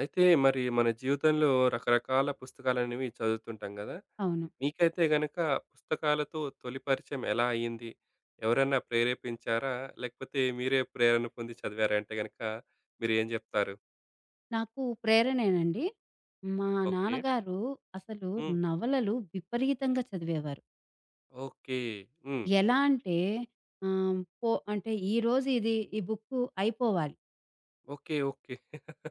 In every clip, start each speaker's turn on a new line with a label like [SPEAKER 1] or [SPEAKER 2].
[SPEAKER 1] అయితే మరి మన జీవితంలో రకరకాల పుస్తకాలనేవి చదువుతుంటాం కదా!
[SPEAKER 2] అవును.
[SPEAKER 1] మీకైతే గనక పుస్తకాలతో తొలి పరిచయం ఎలా అయింది? ఎవరన్నా ప్రేరేపించారా? లేకపోతే మీరే ప్రేరణ పొంది చదివారా అంటే గనక మీరేం జెప్తారు?
[SPEAKER 2] నాకు ప్రేరణేనండి. మా
[SPEAKER 1] ఓకే.
[SPEAKER 2] నాన్నగారు అసలు
[SPEAKER 1] హ్మ్.
[SPEAKER 2] నవలలు విపరీతంగా చదివేవారు.
[SPEAKER 1] ఓకే. హ్మ్.
[SPEAKER 2] ఎలా అంటే పో అంటే ఈరోజు ఇది ఈ బుక్కు అయిపోవాలి
[SPEAKER 1] ఓకే. ఓకే.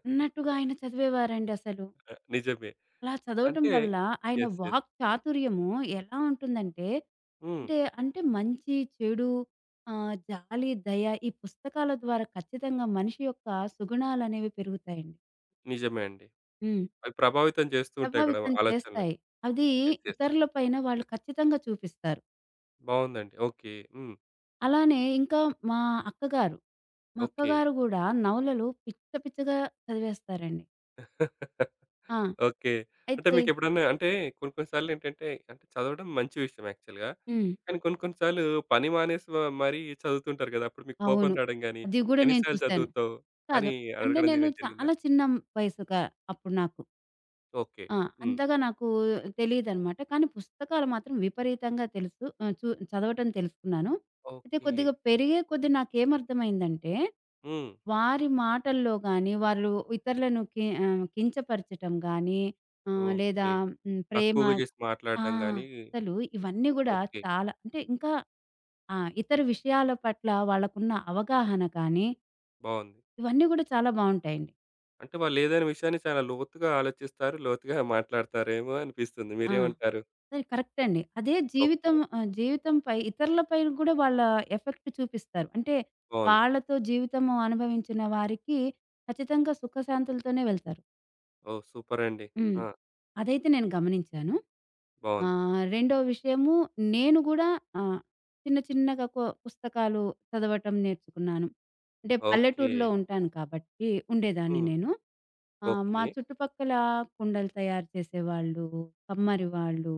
[SPEAKER 2] అన్నట్టుగా ఆయన చదివేవారండి అసలు.
[SPEAKER 1] నిజమే.
[SPEAKER 2] అలా చదవటం
[SPEAKER 1] అంటే
[SPEAKER 2] వల్ల ఆయన
[SPEAKER 1] యెస్. యెస్.
[SPEAKER 2] వాక్ చాతుర్యము ఎలా ఉంటుందంటే,
[SPEAKER 1] హ్మ్.
[SPEAKER 2] అంటే అంటే మంచి, చెడు, జాలి, దయ ఈ పుస్తకాల ద్వారా ఖచ్చితంగా మనిషి యొక్క సుగుణాలనేవి పెరుగుతాయండి.
[SPEAKER 1] నిజమే అండి.
[SPEAKER 2] హ్మ్.
[SPEAKER 1] అవి ప్రభావితం చేస్తూ ఉంటాయి కూడా
[SPEAKER 2] ప్రభావితం
[SPEAKER 1] ఆలోచనలు.
[SPEAKER 2] చేస్తాయి. అది
[SPEAKER 1] యెస్. యెస్.
[SPEAKER 2] ఇతరుల పైన వాళ్ళు ఖచ్చితంగా చూపిస్తారు.
[SPEAKER 1] బావుందండి. ఓకే. హ్మ్.
[SPEAKER 2] అలానే ఇంకా మా అక్కగారు, మా
[SPEAKER 1] ఓకే.
[SPEAKER 2] అక్కగారు గూడా నవలలు పిచ్చ పిచ్చగా చదివేస్తారండి. ఆ!
[SPEAKER 1] ఓకే. అంటే
[SPEAKER 2] అయితే
[SPEAKER 1] మీకెప్పుడన్నా అంటే కొన్ని కొన్ని సార్లేంటంటే అంటే చదవడం మంచి విషయం యాక్చువల్‌గా.
[SPEAKER 2] హ్మ్.
[SPEAKER 1] కానీ కొన్ని కొన్ని సార్లు పని మానేసి మరీ చదువుతుంటారు గదా! అప్పుడు మీకు కోపం
[SPEAKER 2] అవును.
[SPEAKER 1] రావడం గానీ,
[SPEAKER 2] అది గూడా
[SPEAKER 1] ఎన్ని
[SPEAKER 2] నేను
[SPEAKER 1] సార్లు
[SPEAKER 2] చూసాను.
[SPEAKER 1] చదువుతావు
[SPEAKER 2] కాదు.
[SPEAKER 1] అని
[SPEAKER 2] అంటే
[SPEAKER 1] అడగడం
[SPEAKER 2] నేను
[SPEAKER 1] జరిగిందా?
[SPEAKER 2] చాలా చిన్న వయసు క అప్పుడు నాకు.
[SPEAKER 1] ఓకే.
[SPEAKER 2] ఆ!
[SPEAKER 1] హ్మ్.
[SPEAKER 2] అంతగా నాకు తెలీదనమాట. కానీ పుస్తకాలు మాత్రం విపరీతంగా తెలుసు. ఆహ్, చు చదవటం తెలుసుకున్నాను. అయితే
[SPEAKER 1] ఓకే.
[SPEAKER 2] కొద్దిగా పెరిగే కొద్దీ నాకేమర్థమైందంటే,
[SPEAKER 1] హ్మ్.
[SPEAKER 2] వారి మాటల్లో గాని, వాళ్ళు ఇతరులను కించపరచటం గాని, లేదా
[SPEAKER 1] ఓకే.
[SPEAKER 2] హ్మ్, ప్రేమ.
[SPEAKER 1] తక్కువగా చేసి
[SPEAKER 2] ఆ!
[SPEAKER 1] మాట్లాడడం గానీ
[SPEAKER 2] అసలు ఇవన్నీ గూడా
[SPEAKER 1] ఓకే.
[SPEAKER 2] చాలా, అంటే ఇంకా ఆ! ఇతర విషయాల పట్ల వాళ్ళకున్న అవగాహన కానీ,
[SPEAKER 1] బావుంది.
[SPEAKER 2] ఇవన్నీ గూడా చాలా బావుంటాయండి.
[SPEAKER 1] అంటే వాళ్ళేదైనా విషయాన్ని చాలా లోతుగా ఆలోచిస్తారు, లోతుగా మాట్లాడతారేమో అనిపిస్తుంది.
[SPEAKER 2] ఆ!
[SPEAKER 1] మీరేమంటారు?
[SPEAKER 2] అది కరెక్టే అండి. అదే
[SPEAKER 1] ఓకే.
[SPEAKER 2] జీవితం, జీవితంపై ఇతరులపై గూడా వాళ్ళ ఎఫెక్ట్ చూపిస్తారు. అంటే
[SPEAKER 1] బావుంది.
[SPEAKER 2] వాళ్ళతో జీవితము అనుభవించిన వారికి ఖచ్చితంగా సుఖశాంతులతోనే వెళ్తారు.
[SPEAKER 1] ఓహ్! సూపరండి.
[SPEAKER 2] హ్మ్.
[SPEAKER 1] ఆ!
[SPEAKER 2] అదైతే నేను గమనించాను.
[SPEAKER 1] బావుంది.
[SPEAKER 2] రెండో విషయము, నేను గూడా ఆహ్, చిన్న చిన్నగా పుస్తకాలు చదవటం నేర్చుకున్నాను. అంటే
[SPEAKER 1] ఓకే.
[SPEAKER 2] పల్లెటూరులో ఉంటాను కాబట్టి ఉండేదాన్ని
[SPEAKER 1] హ్మ్.
[SPEAKER 2] నేను. ఆ! మా
[SPEAKER 1] ఓకే.
[SPEAKER 2] చుట్టుపక్కల కుండలు తయారు చేసేవాళ్ళు, కమ్మరి వాళ్ళు,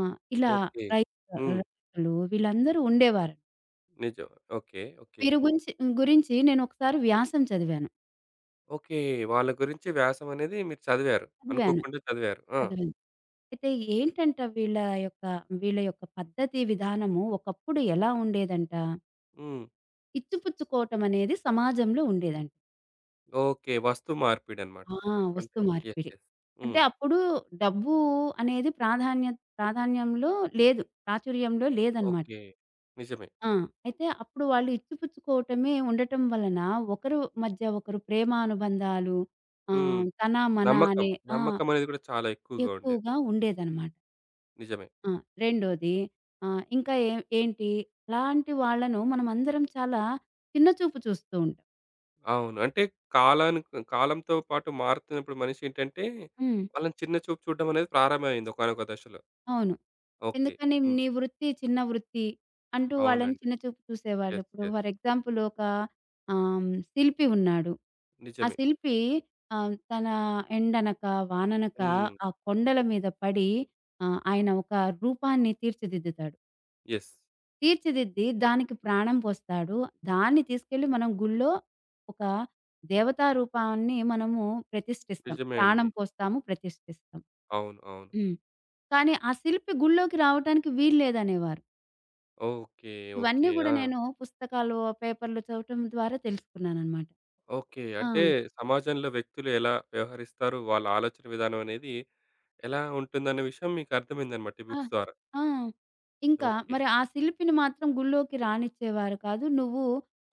[SPEAKER 2] ఇలా
[SPEAKER 1] ఓకే.
[SPEAKER 2] రైతు
[SPEAKER 1] హ్మ్.
[SPEAKER 2] రైతులు వీళ్ళందరూ ఉండేవారు.
[SPEAKER 1] నిజం. ఓకే. ఓకే.
[SPEAKER 2] వీరి గురించి గురించి నేను ఒకసారి వ్యాసం చదివాను.
[SPEAKER 1] ఓకే. వాళ్ళ గురించి వ్యాసం అనేది మీరు చదివారు.
[SPEAKER 2] చదివాను.
[SPEAKER 1] అనుకోకుండా చదివారు. ఆ!
[SPEAKER 2] చదివాను. అయితే ఏంటంటే యొక్క వీళ్ళ యొక్క పద్ధతి విధానము ఒకప్పుడు ఎలా ఉండేదంట,
[SPEAKER 1] హ్మ్.
[SPEAKER 2] ఇచ్చిపుచ్చుకోవటం అనేది సమాజంలో ఉండేదంట.
[SPEAKER 1] ఓకే. వస్తు మార్పిడనమాట.
[SPEAKER 2] ఆ!
[SPEAKER 1] అంటే
[SPEAKER 2] వస్తు
[SPEAKER 1] యెస్.
[SPEAKER 2] మార్పిడి.
[SPEAKER 1] యెస్.
[SPEAKER 2] అంటే
[SPEAKER 1] హ్మ్.
[SPEAKER 2] అప్పుడు డబ్బు అనేది ప్రాధాన్యంలో లేదు. ప్రాచుర్యంలో లేదనమాట.
[SPEAKER 1] ఓకే. నిజమే.
[SPEAKER 2] ఆ! అయితే అప్పుడు వాళ్ళు ఇచ్చిపుచ్చుకోవటమే ఉండటం వలన ఒకరు మధ్య ఒకరు ప్రేమ అనుబంధాలు,
[SPEAKER 1] హ్మ్.
[SPEAKER 2] తన, మన
[SPEAKER 1] నమ్మకం.
[SPEAKER 2] అనే. ఆ!
[SPEAKER 1] నమ్మకం అనేది కూడా చాలా ఎక్కువగా ఉండేది.
[SPEAKER 2] ఎక్కువగా ఉండేదనమాట.
[SPEAKER 1] నిజమే.
[SPEAKER 2] ఆ! రెండోది, ఇంకా ఏ ఏంటి అలాంటి వాళ్ళను మనమందరం చాలా చిన్న చూపు చూస్తూ ఉంటాం.
[SPEAKER 1] అవును. అంటే కాలానికి కాలంతో పాటు మారుతున్నప్పుడు మనిషేంటంటే,
[SPEAKER 2] హ్మ్.
[SPEAKER 1] వాళ్ళని చిన్న చూపు చూడడం అనేది ప్రారంభమైంది ఒకానొక దశలో.
[SPEAKER 2] అవును.
[SPEAKER 1] ఓకే.
[SPEAKER 2] ఎందుకని
[SPEAKER 1] హ్మ్.
[SPEAKER 2] నీ వృత్తి చిన్న వృత్తి అంటూ వాళ్ళని
[SPEAKER 1] అవునండి.
[SPEAKER 2] చిన్న చూపు చూసేవాళ్ళు.
[SPEAKER 1] యెస్.
[SPEAKER 2] ఇప్పుడు
[SPEAKER 1] యెస్.
[SPEAKER 2] ఫర్ ఎగ్జాంపుల్ ఒక శిల్పి ఉన్నాడు. ఆ
[SPEAKER 1] నిజమే.
[SPEAKER 2] శిల్పి తన ఎండనక, వాననక
[SPEAKER 1] హ్మ్.
[SPEAKER 2] ఆ కొండల మీద పడి, ఆయన ఒక రూపాన్ని తీర్చిదిద్దుతాడు.
[SPEAKER 1] యెస్.
[SPEAKER 2] తీర్చిదిద్ది దానికి ప్రాణం పోస్తాడు. దాన్ని తీసుకెళ్ళి మనం గుళ్ళో ఒక దేవతా రూపాన్ని మనము ప్రతిష్ఠిస్తాం.
[SPEAKER 1] నిజమే
[SPEAKER 2] ప్రాణం
[SPEAKER 1] అండి.
[SPEAKER 2] పోస్తాము, ప్రతిష్ఠిస్తాం.
[SPEAKER 1] అవును. అవును.
[SPEAKER 2] హ్మ్. కానీ ఆ శిల్పి గుళ్ళోకి రావటానికి వీల్లేదనేవారు.
[SPEAKER 1] ఓకే. ఓకే.
[SPEAKER 2] ఇవన్నీ గూడా
[SPEAKER 1] ఆ!
[SPEAKER 2] నేను పుస్తకాలు, పేపర్‌లు చదవటం ద్వారా తెలుసుకున్నాననమాట.
[SPEAKER 1] ఓకే.
[SPEAKER 2] ఆ!
[SPEAKER 1] అంటే సమాజంలో వ్యక్తులు ఎలా వ్యవహరిస్తారు, వాళ్ళ ఆలోచన విధానం అనేది ఎలా ఉంటుందన్న విషయం మీకు అర్థమైందన్నమాట ఈ
[SPEAKER 2] ఆ!
[SPEAKER 1] బుక్స్ ద్వారా.
[SPEAKER 2] ఆ! ఇంకా
[SPEAKER 1] ఓకే.
[SPEAKER 2] మరి ఆ శిల్పిని మాత్రం గుళ్ళోకి రానిచ్చేవారు కాదు. నువ్వు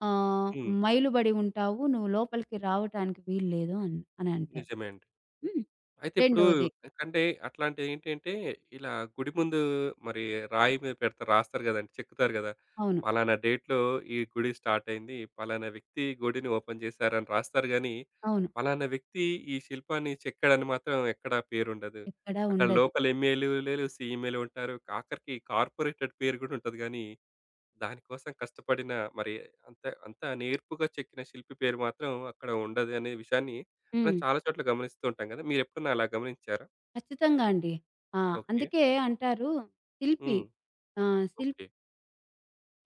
[SPEAKER 2] ఆహ్,
[SPEAKER 1] హ్మ్.
[SPEAKER 2] మైలుబడి ఉంటావు. నువ్వు లోపలికి రావటానికి వీల్లేదు అని అంటారు.
[SPEAKER 1] నిజమే అండి.
[SPEAKER 2] హ్మ్.
[SPEAKER 1] అయితే ఇప్పుడు
[SPEAKER 2] రెండోది.
[SPEAKER 1] కంటే అట్లాంటివి ఏంటంటే, ఇలా గుడి ముందు మరి రాయి మీద పెడతారు రాస్తారు గదండీ! చెక్కుతారు గదా!
[SPEAKER 2] అవును.
[SPEAKER 1] పలానా డేట్‌లో ఈ గుడి స్టార్ట్ అయింది. పలానా వ్యక్తి గుడిని ఓపెన్ చేశారని రాస్తారు గానీ,
[SPEAKER 2] అవును.
[SPEAKER 1] పలానా వ్యక్తి ఈ శిల్పాన్ని చెక్కాడని మాత్రం ఎక్కడ పేరుండదు.
[SPEAKER 2] ఎక్కడా
[SPEAKER 1] అక్కడ
[SPEAKER 2] ఉండదు.
[SPEAKER 1] లోకల్ ఎంఎల్ఏలు, సీఎంఏలు ఉంటారు. ఆఖరికి కార్పొరేటెడ్ పేరు గూడా ఉంటది గానీ దానికోసం కష్టపడిన మరి అంత అంత నేర్పుగా చెక్కిన శిల్పి పేరు మాత్రం అక్కడ ఉండదు అనే విషయాన్ని మనం
[SPEAKER 2] హ్మ్.
[SPEAKER 1] చాలా చోట్ల గమనిస్తూ ఉంటాం కదా! మీరెప్పుడన్నా అలా గమనించారా?
[SPEAKER 2] ఖచ్చితంగా అండి. ఆ!
[SPEAKER 1] ఓకే.
[SPEAKER 2] అందుకే అంటారు శిల్పి
[SPEAKER 1] హ్మ్.
[SPEAKER 2] శిల్పి
[SPEAKER 1] ఓకే.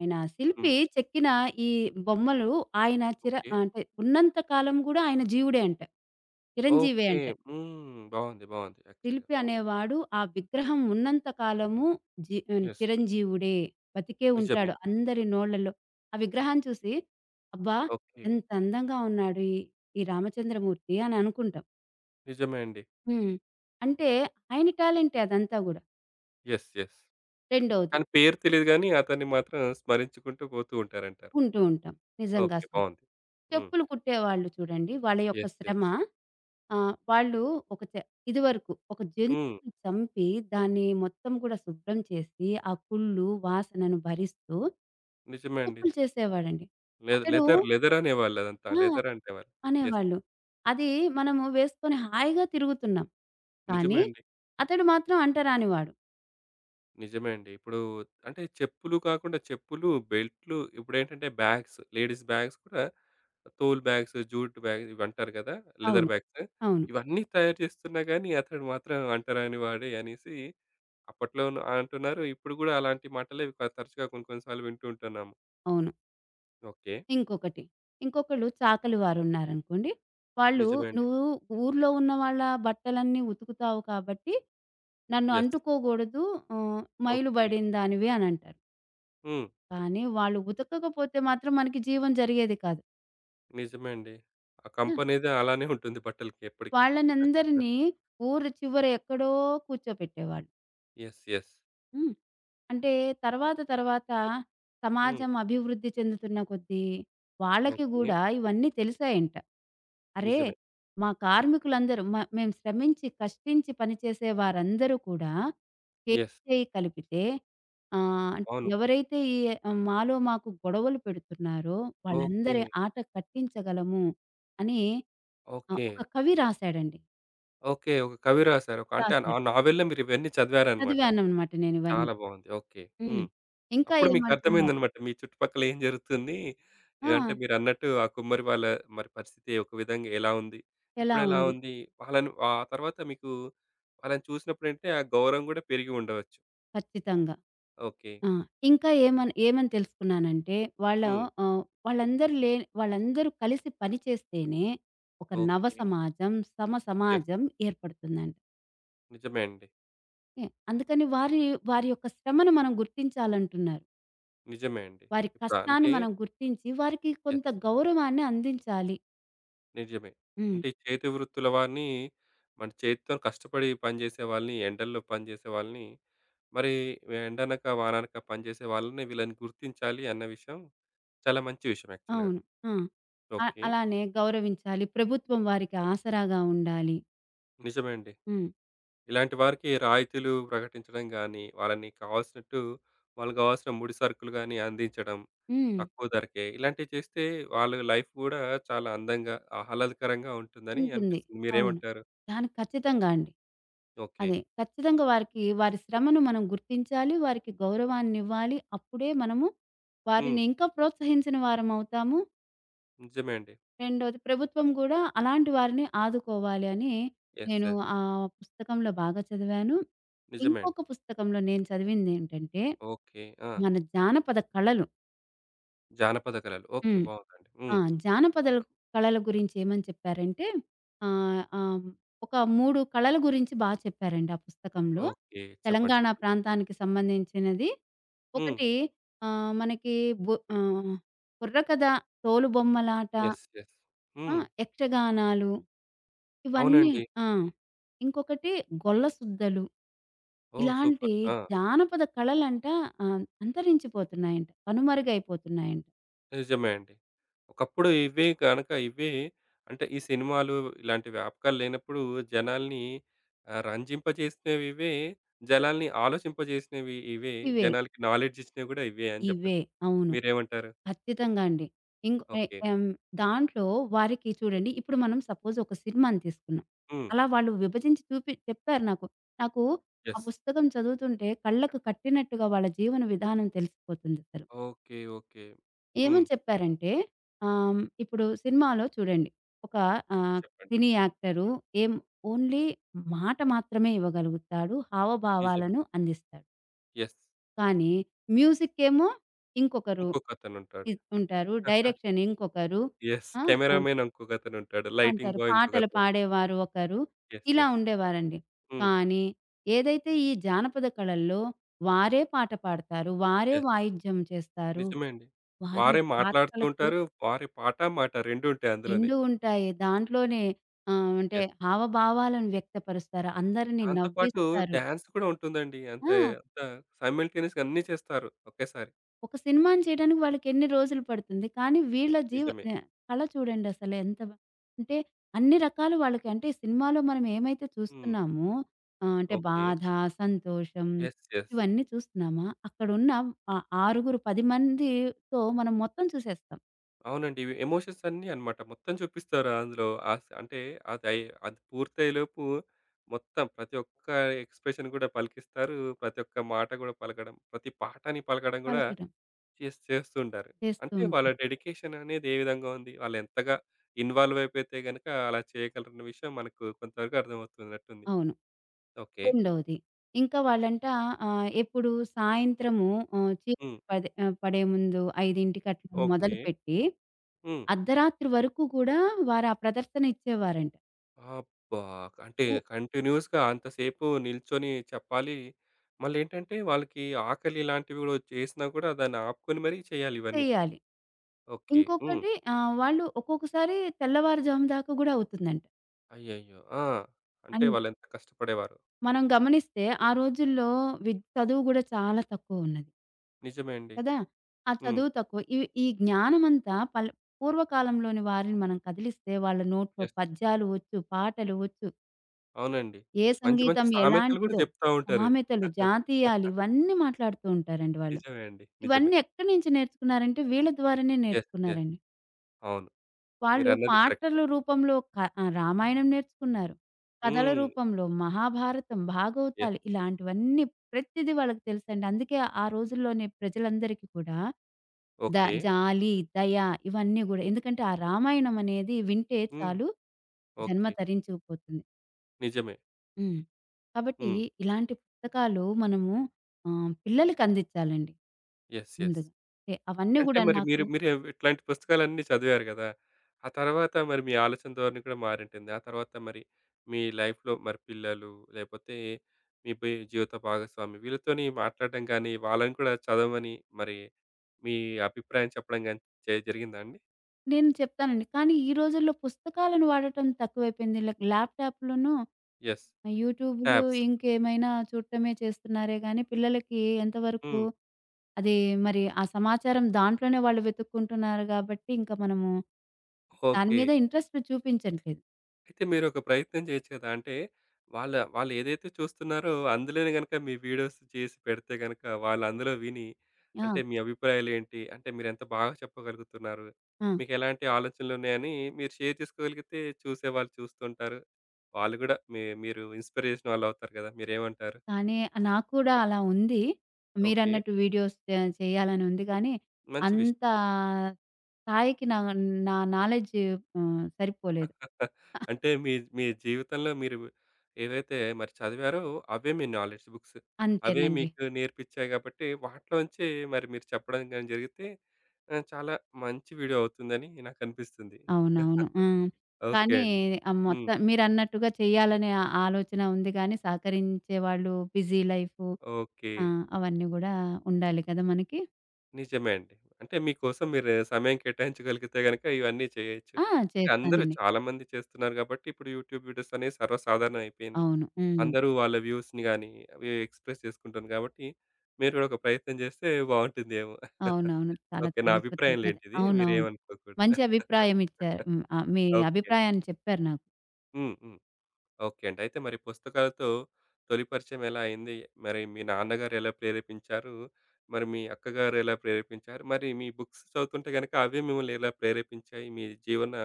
[SPEAKER 2] ఆయన శిల్పి
[SPEAKER 1] హ్మ్.
[SPEAKER 2] చెక్కిన ఈ బొమ్మలు ఆయన చిర
[SPEAKER 1] ఓకే.
[SPEAKER 2] అంటే ఉన్నంత కాలం గూడా ఆయన జీవుడే అంట. చిరంజీవే
[SPEAKER 1] ఓకే.
[SPEAKER 2] అంట.
[SPEAKER 1] హ్మ్. బావుంది. బావుంది. యాక్చువల్‌గా.
[SPEAKER 2] శిల్పి
[SPEAKER 1] హ్మ్.
[SPEAKER 2] అనేవాడు ఆ విగ్రహం ఉన్నంత కాలము
[SPEAKER 1] యెస్.
[SPEAKER 2] చిరంజీవుడే. బతికే
[SPEAKER 1] నిజమే.
[SPEAKER 2] ఉంటాడు అందరి నోళ్ళలో. ఆ విగ్రహాన్ని చూసి, అబ్బా!
[SPEAKER 1] ఓకే.
[SPEAKER 2] ఎంత అందంగా ఉన్నాడు ఈ, ఈ రామచంద్రమూర్తి అని అనుకుంటాం.
[SPEAKER 1] నిజమే అండి.
[SPEAKER 2] హ్మ్. అంటే ఆయన టాలెంటే అదంతా గూడా.
[SPEAKER 1] యెస్. యెస్.
[SPEAKER 2] రెండోది,
[SPEAKER 1] కానీ పేరు తెలీదు గానీ అతన్ని మాత్రం స్మరించుకుంటూ పోతూ ఉంటారంటారు.
[SPEAKER 2] కుంటూ ఉంటాం నిజంగా
[SPEAKER 1] ఓకే.
[SPEAKER 2] అసలు.
[SPEAKER 1] బావుంది. హ్మ్.
[SPEAKER 2] చెప్పులు కుట్టేవాళ్ళు చూడండి వాళ్ళ యొక్క
[SPEAKER 1] యెస్.
[SPEAKER 2] శ్రమ.
[SPEAKER 1] యెస్.
[SPEAKER 2] ఆ! వాళ్ళు ఒక చ ఇదివరకు ఒక
[SPEAKER 1] హ్మ్.
[SPEAKER 2] జంతువుని చంపి దాన్ని మొత్తం కూడా శుభ్రం చేసి, ఆ కుళ్ళు, వాసనను భరిస్తూ
[SPEAKER 1] నిజమే అండి.
[SPEAKER 2] సూపులు చేసేవాడండి.
[SPEAKER 1] లె
[SPEAKER 2] అతడు
[SPEAKER 1] లెదర్ లెదర్ అనేవాళ్ళు అదంతా.
[SPEAKER 2] ఆ!
[SPEAKER 1] లెదర్ అంటేవాళ్ళు. యెస్.
[SPEAKER 2] అనేవాళ్ళు. అది మనము వేసుకొని హాయిగా తిరుగుతున్నాం.
[SPEAKER 1] నిజమే
[SPEAKER 2] కానీ
[SPEAKER 1] అండి.
[SPEAKER 2] అతడు మాత్రం అంటరానివాడు.
[SPEAKER 1] నిజమే అండి. ఇప్పుడు అంటే చెప్పులు కాకుండా చెప్పులు, బెల్ట్‌లు ఇప్పుడేంటంటే బ్యాగ్స్, లేడీస్ బ్యాగ్స్ కూడా తోలు బ్యాగ్స్, జూట్ బ్యాగ్ ఇవంటారు కదా! లెదర్
[SPEAKER 2] అవును.
[SPEAKER 1] బ్యాగ్స్.
[SPEAKER 2] అవును.
[SPEAKER 1] ఇవన్నీ తయారు చేస్తున్నా గాని అతడు మాత్రం అంటరాని వాడే అనేసి అప్పట్లోను అంటున్నారు. ఇప్పుడు కూడా అలాంటి మాటలే తరచుగా కొన్ని కొన్ని సార్లు వింటూ ఉంటున్నాము.
[SPEAKER 2] అవును.
[SPEAKER 1] ఓకే.
[SPEAKER 2] ఇంకొకటి. ఇంకొకళ్ళు చాకలి వారున్నారనుకోండి. వాళ్ళు
[SPEAKER 1] నిజమే అండి.
[SPEAKER 2] నువ్వు ఊర్లో ఉన్న వాళ్ళ బట్టలన్నీ ఉతుకుతావు కాబట్టి నన్ను
[SPEAKER 1] యెస్.
[SPEAKER 2] అంటుకోగూడదు. మైలు
[SPEAKER 1] ఓకే.
[SPEAKER 2] బడిన దానివి అనంటారు.
[SPEAKER 1] హ్మ్.
[SPEAKER 2] కానీ వాళ్ళు ఉతకకపోతే మాత్రం మనకి జీవం జరిగేది కాదు.
[SPEAKER 1] నిజమే అండి. ఆ
[SPEAKER 2] హ్మ్.
[SPEAKER 1] కంపనేది అలానే ఉంటుంది బట్టలకి ఎప్పటికి.
[SPEAKER 2] వాళ్ళనందరినీ ఊరు చివర ఎక్కడో కూర్చోపెట్టేవాళ్ళు.
[SPEAKER 1] యెస్. యెస్.
[SPEAKER 2] హ్మ్. అంటే తర్వాత తర్వాత
[SPEAKER 1] హ్మ్.
[SPEAKER 2] సమాజం అభివృద్ధి చెందుతున్న కొద్దీ వాళ్ళకి
[SPEAKER 1] ఓకే.
[SPEAKER 2] గూడా ఇవన్నీ తెలిసాయంట. అరే!
[SPEAKER 1] నిజమే.
[SPEAKER 2] మా కార్మికులందరూ, మేము శ్రమించి, కష్టించి పనిచేసే వారందరూ కూడా
[SPEAKER 1] యెస్.
[SPEAKER 2] చేయి కలిపితే, అంటే
[SPEAKER 1] అవును.
[SPEAKER 2] ఎవరైతే ఈ ఆ, మాలో మాకు గొడవలు పెడుతున్నారో
[SPEAKER 1] ఓకే.
[SPEAKER 2] వాళ్ళందరి ఆట కట్టించగలము అని
[SPEAKER 1] ఓకే.
[SPEAKER 2] ఒక కవి రాసాడండి.
[SPEAKER 1] ఓకే. ఒక కవి రాసారు. ఒక అంటే ఆ
[SPEAKER 2] రాసాడు.
[SPEAKER 1] నావెల్‌లో మీరివన్నీ చదివారన్నమాట.
[SPEAKER 2] చదివాననమాట నేను ఇవన్నీ.
[SPEAKER 1] చాలా బావుంది. ఓకే.
[SPEAKER 2] హ్మ్.
[SPEAKER 1] హ్మ్.
[SPEAKER 2] ఇంకా
[SPEAKER 1] అప్పుడు
[SPEAKER 2] ఏమంటున్నారు.
[SPEAKER 1] మీకర్థమైందన్నమాట. మీ చుట్టుపక్కల ఏం జరుగుతుంది?
[SPEAKER 2] ఆ!
[SPEAKER 1] అంటే మీరన్నట్టు ఆ కుమ్మరి వాళ్ళ మరి పరిస్థితి ఒక విధంగా ఎలా ఉంది?
[SPEAKER 2] ఎలా
[SPEAKER 1] ఇప్పుడెలా
[SPEAKER 2] ఉంది?
[SPEAKER 1] ఉంది? వాళ్ళని ఆ తర్వాత మీకు వాళ్ళని చూసినప్పుడంటే ఆ గౌరవం గూడా పెరిగి ఉండవచ్చు.
[SPEAKER 2] ఖచ్చితంగా.
[SPEAKER 1] ఓకే.
[SPEAKER 2] ఆ! ఇంకా ఏమని ఏమని తెలుసుకున్నానంటే వాళ్ళ,
[SPEAKER 1] హ్మ్.
[SPEAKER 2] ఆహ్, వాళ్ళందరూ లే వాళ్ళందరూ కలిసి పని చేస్తేనే ఒక నవ
[SPEAKER 1] ఓకే.
[SPEAKER 2] సమాజం, సమ
[SPEAKER 1] యెస్.
[SPEAKER 2] సమాజం ఏర్పడుతుందంట.
[SPEAKER 1] నిజమే అండి.
[SPEAKER 2] ఓకే. అందుకని వారి, వారి యొక్క శ్రమను మనం గుర్తించాలంటున్నారు.
[SPEAKER 1] నిజమే అండి.
[SPEAKER 2] వారి
[SPEAKER 1] ఇప్పుడు
[SPEAKER 2] కష్టాన్ని
[SPEAKER 1] అంటే
[SPEAKER 2] మనం గుర్తించి, వారికి కొంత
[SPEAKER 1] యెస్.
[SPEAKER 2] గౌరవాన్ని అందించాలి.
[SPEAKER 1] నిజమే.
[SPEAKER 2] హ్మ్.
[SPEAKER 1] అంటే ఈ చేతి వృత్తుల వారిని మన చేతితో కష్టపడి పనిచేసే వాళ్ళని, ఎండల్లో పనిచేసే వాళ్ళని, మరి ఎండనక వాననక పనిచేసే వాళ్ళని వీళ్ళని గుర్తించాలి అన్న విషయం చాలా మంచి విషయం యాక్చువల్‌గా.
[SPEAKER 2] అవును. ఆ!
[SPEAKER 1] ఓకే.
[SPEAKER 2] అలానే గౌరవించాలి. ప్రభుత్వం వారికి ఆసరాగా ఉండాలి.
[SPEAKER 1] నిజమే అండి.
[SPEAKER 2] హ్మ్.
[SPEAKER 1] ఇలాంటి వారికి రాయితీలు ప్రకటించడం గానీ, వాళ్ళని కావాల్సినట్టు వాళ్ళకి కావాల్సిన ముడి సరుకులు గానీ అందించడం,
[SPEAKER 2] హ్మ్.
[SPEAKER 1] తక్కువ ధరకే ఇలాంటివి చేస్తే వాళ్ళ లైఫ్ గూడా చాలా అందంగా, ఆహ్లాదకరంగా ఉంటుందని
[SPEAKER 2] ఉంటుంది.
[SPEAKER 1] అనిపిస్తుంది.
[SPEAKER 2] అవును.
[SPEAKER 1] మీరేమంటారు?
[SPEAKER 2] దాని ఖచ్చితంగా అండి.
[SPEAKER 1] ఓకే.
[SPEAKER 2] అదే. ఖచ్చితంగా వారికి వారి శ్రమను మనం గుర్తించాలి. వారికి గౌరవాన్నివ్వాలి. అప్పుడే మనము
[SPEAKER 1] హ్మ్.
[SPEAKER 2] వారిని ఇంకా ప్రోత్సహించిన వారమవుతాము.
[SPEAKER 1] నిజమే అండి.
[SPEAKER 2] రెండోది, ప్రభుత్వం గూడా అలాంటి వారిని ఆదుకోవాలి అని
[SPEAKER 1] యెస్.
[SPEAKER 2] నేను
[SPEAKER 1] యెస్.
[SPEAKER 2] ఆ పుస్తకంలో బాగా చదివాను.
[SPEAKER 1] నిజమే అండి.
[SPEAKER 2] ఇంకొక పుస్తకంలో నేను చదివిందేంటంటే,
[SPEAKER 1] ఓకే. ఆ!
[SPEAKER 2] మన జానపద కళలు.
[SPEAKER 1] జానపద కళలు. ఓకే.
[SPEAKER 2] హ్మ్.
[SPEAKER 1] బావుందండి.
[SPEAKER 2] ఆ!
[SPEAKER 1] హ్మ్.
[SPEAKER 2] జానపదల కళల గురించి ఏమని చెప్పారంటే ఆహ్, ఆహ్, ఒక 3 కళల గురించి చెప్పారండి ఆ పుస్తకంలో.
[SPEAKER 1] ఓకే. చెప్పండి.
[SPEAKER 2] తెలంగాణ
[SPEAKER 1] చెప్పండి.
[SPEAKER 2] ప్రాంతానికి సంబంధించినది.
[SPEAKER 1] హ్మ్.
[SPEAKER 2] ఒకటి మనకి బు ఆహ్, బుర్రకథ, తోలుబొమ్మలాట,
[SPEAKER 1] యెస్. యెస్.
[SPEAKER 2] ఆ!
[SPEAKER 1] హ్మ్.
[SPEAKER 2] యక్షగానాలు. ఇవన్నీ.
[SPEAKER 1] అవునండి.
[SPEAKER 2] ఆ! ఇంకొకటి గొల్ల సుద్దలు.
[SPEAKER 1] ఓహ్!
[SPEAKER 2] ఇలాంటి
[SPEAKER 1] సూపర్. ఆ!
[SPEAKER 2] జానపద కళలంట అంతరించిపోతున్నాయంట. కనుమరుగైపోతున్నాయంట.
[SPEAKER 1] నిజమే అండి. ఒకప్పుడు ఇవే గనక అంటే ఈ సినిమాలు ఇలాంటి వ్యాపకాలు లేనప్పుడు జనాల్ని రంజింపజేసినవి ఇవే. జనాల్ని ఆలోచింపజేసినవి ఇవే.
[SPEAKER 2] ఇవే.
[SPEAKER 1] జనాలకి నాలెడ్జ్ ఇచ్చినవి కూడా ఇవే అని
[SPEAKER 2] ఇవే.
[SPEAKER 1] చెప్పొచ్చు.
[SPEAKER 2] అవును.
[SPEAKER 1] మీరేమంటారు?
[SPEAKER 2] ఖచ్చితంగా అండి. ఇంక్ ఎ
[SPEAKER 1] ఓకే.
[SPEAKER 2] ఎం దాంట్లో వారికి చూడండి ఇప్పుడు మనం సపోజ్ ఒక సినిమాని తీసుకున్నాం.
[SPEAKER 1] హ్మ్.
[SPEAKER 2] అలా వాళ్ళు విభజించి చూపి చెప్పారు నాకు. నాకు ఆ
[SPEAKER 1] యెస్.
[SPEAKER 2] పుస్తకం చదువుతుంటే కళ్ళకు కట్టినట్టుగా వాళ్ళ జీవన విధానం తెలిసిపోతుంది అసలు.
[SPEAKER 1] ఓకే. ఓకే. హ్మ్.
[SPEAKER 2] ఏమని చెప్పారంటే, ఇప్పుడు సినిమాలో చూడండి. ఒక ఆహ్,
[SPEAKER 1] చెప్పండి.
[SPEAKER 2] సినీ యాక్టరు ఏం ఓన్లీ మాట మాత్రమే ఇవ్వగలుగుతాడు.
[SPEAKER 1] నిజమే.
[SPEAKER 2] హావభావాలను అందిస్తాడు.
[SPEAKER 1] యెస్.
[SPEAKER 2] కానీ మ్యూజిక్కేమో ఇంకొకరు
[SPEAKER 1] ఇంకొకతనుంటాడు.
[SPEAKER 2] ఇ ఉంటారు. డైరెక్షన్ ఇంకొకరు.
[SPEAKER 1] యెస్.
[SPEAKER 2] ఆ! ఆహ్,
[SPEAKER 1] కెమెరామెన్ ఇంకొకతనుంటాడు. లైటింగ్
[SPEAKER 2] అంటారు.
[SPEAKER 1] బాయ్
[SPEAKER 2] పాటలు
[SPEAKER 1] ఇంకొకతనుంటాడు.
[SPEAKER 2] పాడేవారు ఒకరు.
[SPEAKER 1] యెస్.
[SPEAKER 2] ఇలా
[SPEAKER 1] యెస్.
[SPEAKER 2] ఉండేవారండి.
[SPEAKER 1] హ్మ్.
[SPEAKER 2] కానీ ఏదైతే ఈ జానపద కళల్లో వారే పాట పాడతారు. వారే
[SPEAKER 1] యెస్.
[SPEAKER 2] వాయిద్యం చేస్తారు.
[SPEAKER 1] నిజమే అండి.
[SPEAKER 2] వారి
[SPEAKER 1] వారే మాట్లాడుతూ
[SPEAKER 2] పాత్రలకు
[SPEAKER 1] ఉంటారు. వారి పాట, మాట 2 ఉంటాయి అందులోనే.
[SPEAKER 2] 2 ఉంటాయి. దాంట్లోనే అంటే
[SPEAKER 1] యెస్.
[SPEAKER 2] హావభావాలను వ్యక్తపరుస్తారు. అందరిని
[SPEAKER 1] దాంతో పాటు
[SPEAKER 2] నవ్విస్తారు.
[SPEAKER 1] డాన్స్ కూడా ఉంటుందండి.
[SPEAKER 2] ఆ!
[SPEAKER 1] అంతే అంతా సైమల్టేనియస్‌గా అన్నీ చేస్తారు ఒకేసారి.
[SPEAKER 2] ఒక సినిమాని చేయడానికి వాళ్ళకెన్ని రోజులు పడుతుంది. కానీ వీళ్ళ జీవ
[SPEAKER 1] నిజమే.
[SPEAKER 2] న కళ చూడండి అసలు ఎంత బా అంటే అన్ని రకాలు వాళ్ళకి, అంటే సినిమాలో మనం ఏమైతే
[SPEAKER 1] హ్మ్.
[SPEAKER 2] చూస్తున్నామో, అంటే
[SPEAKER 1] ఓకే.
[SPEAKER 2] బాధ, సంతోషం
[SPEAKER 1] యెస్. యెస్.
[SPEAKER 2] ఇవన్నీ చూస్తున్నామా, అక్కడున్న ఆ 6, 10 మందితో మనం మొత్తం చూసేస్తాం.
[SPEAKER 1] అవునండి. ఇవి ఎమోషన్స్ అన్నీ అన్నమాట. మొత్తం చూపిస్తారు అందులో. ఆస్ అంటే అది అయి అది పూర్తయ్యేలోపు మొత్తం ప్రతి ఒక్క ఎక్స్‌ప్రెషన్ గూడా పలికిస్తారు. ప్రతి ఒక్క మాట గూడా పలకడం, ప్రతి పాటని పలకడం గూడా
[SPEAKER 2] వాళ్ళకి
[SPEAKER 1] చేస్తుంటారు.
[SPEAKER 2] చేస్తూ
[SPEAKER 1] అంటే వాళ్ళ
[SPEAKER 2] ఉంటారు.
[SPEAKER 1] డెడికేషన్ అనేది ఏ విధంగా ఉంది? వాళ్ళెంతగా ఇన్వాల్వ్ అయిపోతే గనక అలా చేయగలరన్న విషయం మనకు కొంతవరకు అర్థమవుతున్నట్టుంది.
[SPEAKER 2] అవును.
[SPEAKER 1] ఓకే.
[SPEAKER 2] రెండోది. ఇంకా వాళ్ళంట ఎప్పుడు సాయంత్రము,
[SPEAKER 1] హ్మ్.
[SPEAKER 2] చీకటి పడే ముందు 5కి అట్లా
[SPEAKER 1] ఓకే.
[SPEAKER 2] మొదలుపెట్టి,
[SPEAKER 1] హ్మ్.
[SPEAKER 2] అర్ధరాత్రి వరకు కూడా వారు ఆ ప్రదర్శన ఇచ్చేవారంట.
[SPEAKER 1] అబ్బా! అంటే
[SPEAKER 2] ఉ
[SPEAKER 1] కంటిన్యూయస్‌గా అంతసేపు నిల్చొని చెప్పాలి. మళ్ళేంటంటే వాళ్ళకి ఆకలి ఇలాంటివి గూడా చేసినా గూడా దాన్ని ఆపుకొని మరీ చేయాలి ఇవన్నీ.
[SPEAKER 2] చేయాలి.
[SPEAKER 1] ఓకే. హ్మ్.
[SPEAKER 2] ఇంకొకటి వాళ్ళు ఒక్కొక్కసారి తెల్లవారుజాము దాకా గూడా అవుతుందంట.
[SPEAKER 1] అయ్యయ్యో! ఆ! అంటే
[SPEAKER 2] అండ్
[SPEAKER 1] వాళ్ళెంత కష్టపడేవారో.
[SPEAKER 2] మనం గమనిస్తే ఆ రోజుల్లో చదువు గూడా చాలా తక్కువున్నది
[SPEAKER 1] నిజమే అండి.
[SPEAKER 2] కదా! ఆ
[SPEAKER 1] హ్మ్.
[SPEAKER 2] చదువు తక్కువ. ఈ ఈ జ్ఞానమంతా పూర్వకాలంలోని వారిని మనం కదిలిస్తే వాళ్ళ నోట్లో
[SPEAKER 1] యెస్.
[SPEAKER 2] పద్యాలు వచ్చు, పాటలు వచ్చు.
[SPEAKER 1] అవునండి.
[SPEAKER 2] ఏ
[SPEAKER 1] మంచి మంచి
[SPEAKER 2] సంగీతం
[SPEAKER 1] సామెతలు గూడా
[SPEAKER 2] ఎలాంటిదో,
[SPEAKER 1] జెప్తా ఉంటారు.
[SPEAKER 2] సామెతలు, జాతీయాలు ఇవన్నీ మాట్లాడుతూ ఉంటారండి వాళ్ళు.
[SPEAKER 1] నిజమే అండి. నిజమే.
[SPEAKER 2] ఇవన్నీ ఎక్కడి నుంచి నేర్చుకున్నారంటే వీళ్ళ ద్వారానే
[SPEAKER 1] యెస్. యెస్.
[SPEAKER 2] నేర్చుకున్నారండి.
[SPEAKER 1] అవును.
[SPEAKER 2] వాళ్ళు
[SPEAKER 1] మీరన్నది కరెక్టే.
[SPEAKER 2] పాటల రూపంలో క రామాయణం నేర్చుకున్నారు. కథల
[SPEAKER 1] హ్మ్.
[SPEAKER 2] రూపంలో మహాభారతం,
[SPEAKER 1] యెస్.
[SPEAKER 2] భాగవతాలు ఇలాంటివన్నీ ప్రతిది వాళ్ళకి తెలుసండి. అందుకే ఆ రోజుల్లోనే ప్రజలందరికీ కూడా ద
[SPEAKER 1] ఓకే.
[SPEAKER 2] జాలి, దయ ఇవన్నీ గూడా, ఎందుకంటే ఆ రామాయణం అనేది వింటే
[SPEAKER 1] హ్మ్.
[SPEAKER 2] చాలు జన్మ
[SPEAKER 1] ఓకే.
[SPEAKER 2] తరించుకుపోతుంది.
[SPEAKER 1] నిజమే.
[SPEAKER 2] హ్మ్. కాబట్టి
[SPEAKER 1] హ్మ్.
[SPEAKER 2] ఇలాంటి పుస్తకాలు మనము పిల్లలకి అందించాలండి
[SPEAKER 1] యెస్. యెస్.
[SPEAKER 2] ముందుగా. అవన్నీ
[SPEAKER 1] అంటే
[SPEAKER 2] గూడా
[SPEAKER 1] మరి
[SPEAKER 2] నాకు.
[SPEAKER 1] మీరు మీరు ఇట్లాంటి పుస్తకాలన్నీ చదివారు కదా! ఆ తర్వాత మరి మీ ఆలోచన ధోరణి కూడా మారుంటుంది. ఆ తర్వాత మరి మీ లైఫ్‌లో మరి పిల్లలు లేపోతే మీ జీవిత భాగస్వామి వీళ్ళతోని మాట్లాడడం గాని, వాళ్ళని కూడా చదవమని మరి మీ అభిప్రాయం చెప్పడం గాని జరిగిందా అండి?
[SPEAKER 2] నేను చెప్తానండి. కానీ ఈ రోజుల్లో పుస్తకాలను వాడటం తక్కువైపోయింది. లైక్ ల్యాప్‌టాప్‌లోను
[SPEAKER 1] యెస్.
[SPEAKER 2] యూట్యూబ్‌లు
[SPEAKER 1] టాబ్స్.
[SPEAKER 2] ఇంకేమైనా చూడటమే చేస్తున్నారే గానీ పిల్లలకి ఎంతవరకు
[SPEAKER 1] హ్మ్.
[SPEAKER 2] అది, మరి ఆ సమాచారం దాంట్లోనే వాళ్ళు వెతుక్కుంటున్నారు గాబట్టి ఇంకా మనము దాని
[SPEAKER 1] ఓకే.
[SPEAKER 2] మీద ఇంట్రెస్ట్ చూపించట్లేదు.
[SPEAKER 1] అయితే మీరొక ప్రయత్నం చేయొచ్చు కదా! అంటే వాళ్ళ వాళ్ళేదైతే చూస్తున్నారో అందులోనే గనుక మీ వీడియోస్ చేసి పెడితే గనుక వాళ్ళు అందులో విని
[SPEAKER 2] ఆ!
[SPEAKER 1] అంటే మీ అభిప్రాయాలేంటి? అంటే మీరెంత బాగా చెప్పగలుగుతున్నారు?
[SPEAKER 2] ఆ!
[SPEAKER 1] మీకెలాంటి ఆలోచనలున్నాయని మీరు షేర్ చేసుకోగలిగితే చూసేవాళ్ళు చూస్తుంటారు. వాళ్ళు గూడా మీ మీరు ఇన్‌స్పిరేషన్ వాళ్ళవుతారు గదా! మీరేమంటారు?
[SPEAKER 2] కానీ నాకు కూడా అలా ఉంది.
[SPEAKER 1] ఓకే.
[SPEAKER 2] మీరన్నట్టు వీడియోస్ చేయాలని ఉంది కానీ,
[SPEAKER 1] మంచి విషయం.
[SPEAKER 2] అంత స్థాయికి నా నా నాలెడ్జ్ సరిపోలేదు.
[SPEAKER 1] అంటే మీ మీ జీవితంలో మీరు ఏవైతే మరి చదివారో అవే మీ నాలెడ్జ్ బుక్స్. అవే
[SPEAKER 2] అంతేనండి.
[SPEAKER 1] మీకు నేర్పించాయి కాబట్టి వాటిలోంచి మరి మీరు చెప్పడం గాని జరిగితే చాలా మంచి వీడియో అవుతుందని నాకనిపిస్తుంది.
[SPEAKER 2] అవునవును. హ్మ్.
[SPEAKER 1] ఓకే
[SPEAKER 2] కానీ
[SPEAKER 1] అండి. హ్మ్.
[SPEAKER 2] మొత్తం మీరన్నట్టుగా చేయాలనే ఆ- ఆలోచన ఉంది కానీ, సహకరించేవాళ్ళు బిజీ లైఫు.
[SPEAKER 1] ఓకే.
[SPEAKER 2] ఆ! అవన్నీ గూడా ఉండాలి కదా మనకి.
[SPEAKER 1] నిజమే అండి. అంటే మీకోసం మీరు సమయం కేటాయించగలిగితే గనుక ఇవన్నీ చేయొచ్చు.
[SPEAKER 2] ఆ!
[SPEAKER 1] అంటే అందరూ
[SPEAKER 2] చేస్తానండి.
[SPEAKER 1] చాలామంది చేస్తున్నారు కాబట్టి ఇప్పుడు యూట్యూబ్ వీడియోస్ అనేవి సర్వసాధారణం అయిపోయింది.
[SPEAKER 2] అవును. హ్మ్.
[SPEAKER 1] అందరూ వాళ్ళ వ్యూస్‌ని గాని, అవి ఎక్స్‌ప్రెస్ చేసుకుంటాను కాబట్టి, మీరు కూడా ఒక ప్రయత్నం చేస్తే బావుంటుందేమో.
[SPEAKER 2] అవునవును. చాలా
[SPEAKER 1] ఓకే. నా
[SPEAKER 2] చాలా కృతజ్ఞత.
[SPEAKER 1] అభిప్రాయంలేంటిది.
[SPEAKER 2] అవునవును.
[SPEAKER 1] మీరేమనుకోకూడదు.
[SPEAKER 2] మంచి అభిప్రాయం ఇచ్చారు. హ్మ్. ఆ! మీ
[SPEAKER 1] ఓకే.
[SPEAKER 2] అభిప్రాయాన్ని చెప్పారు నాకు.
[SPEAKER 1] హ్మ్. హ్మ్. ఓకే అండి. అయితే మరి పుస్తకాలతో తొలి పరిచయం ఎలా అయింది? మరి మీ నాన్నగారు ఎలా ప్రేరేపించారు? మరి మీ అక్కగారు ఎలా ప్రేరేపించారు? మరి మీ బుక్స్ చదువుతుంటే గనక అవే మిమ్మల్ని ఎలా ప్రేరేపించాయి? మీ జీవన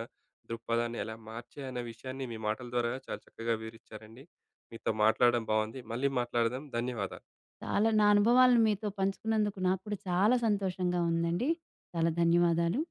[SPEAKER 1] దృక్పథాన్ని ఎలా మార్చాయి అన్న విషయాన్ని మీ మాటల ద్వారా చాలా చక్కగా వివరించారండి. మీతో మాట్లాడడం బాగుంది. మళ్ళీ మాట్లాడదాం. ధన్యవాదాలు.
[SPEAKER 2] చాలా నా అనుభవాలను మీతో పంచుకున్నందుకు నాకు కూడా చాలా సంతోషంగా ఉందండి. చాలా ధన్యవాదాలు.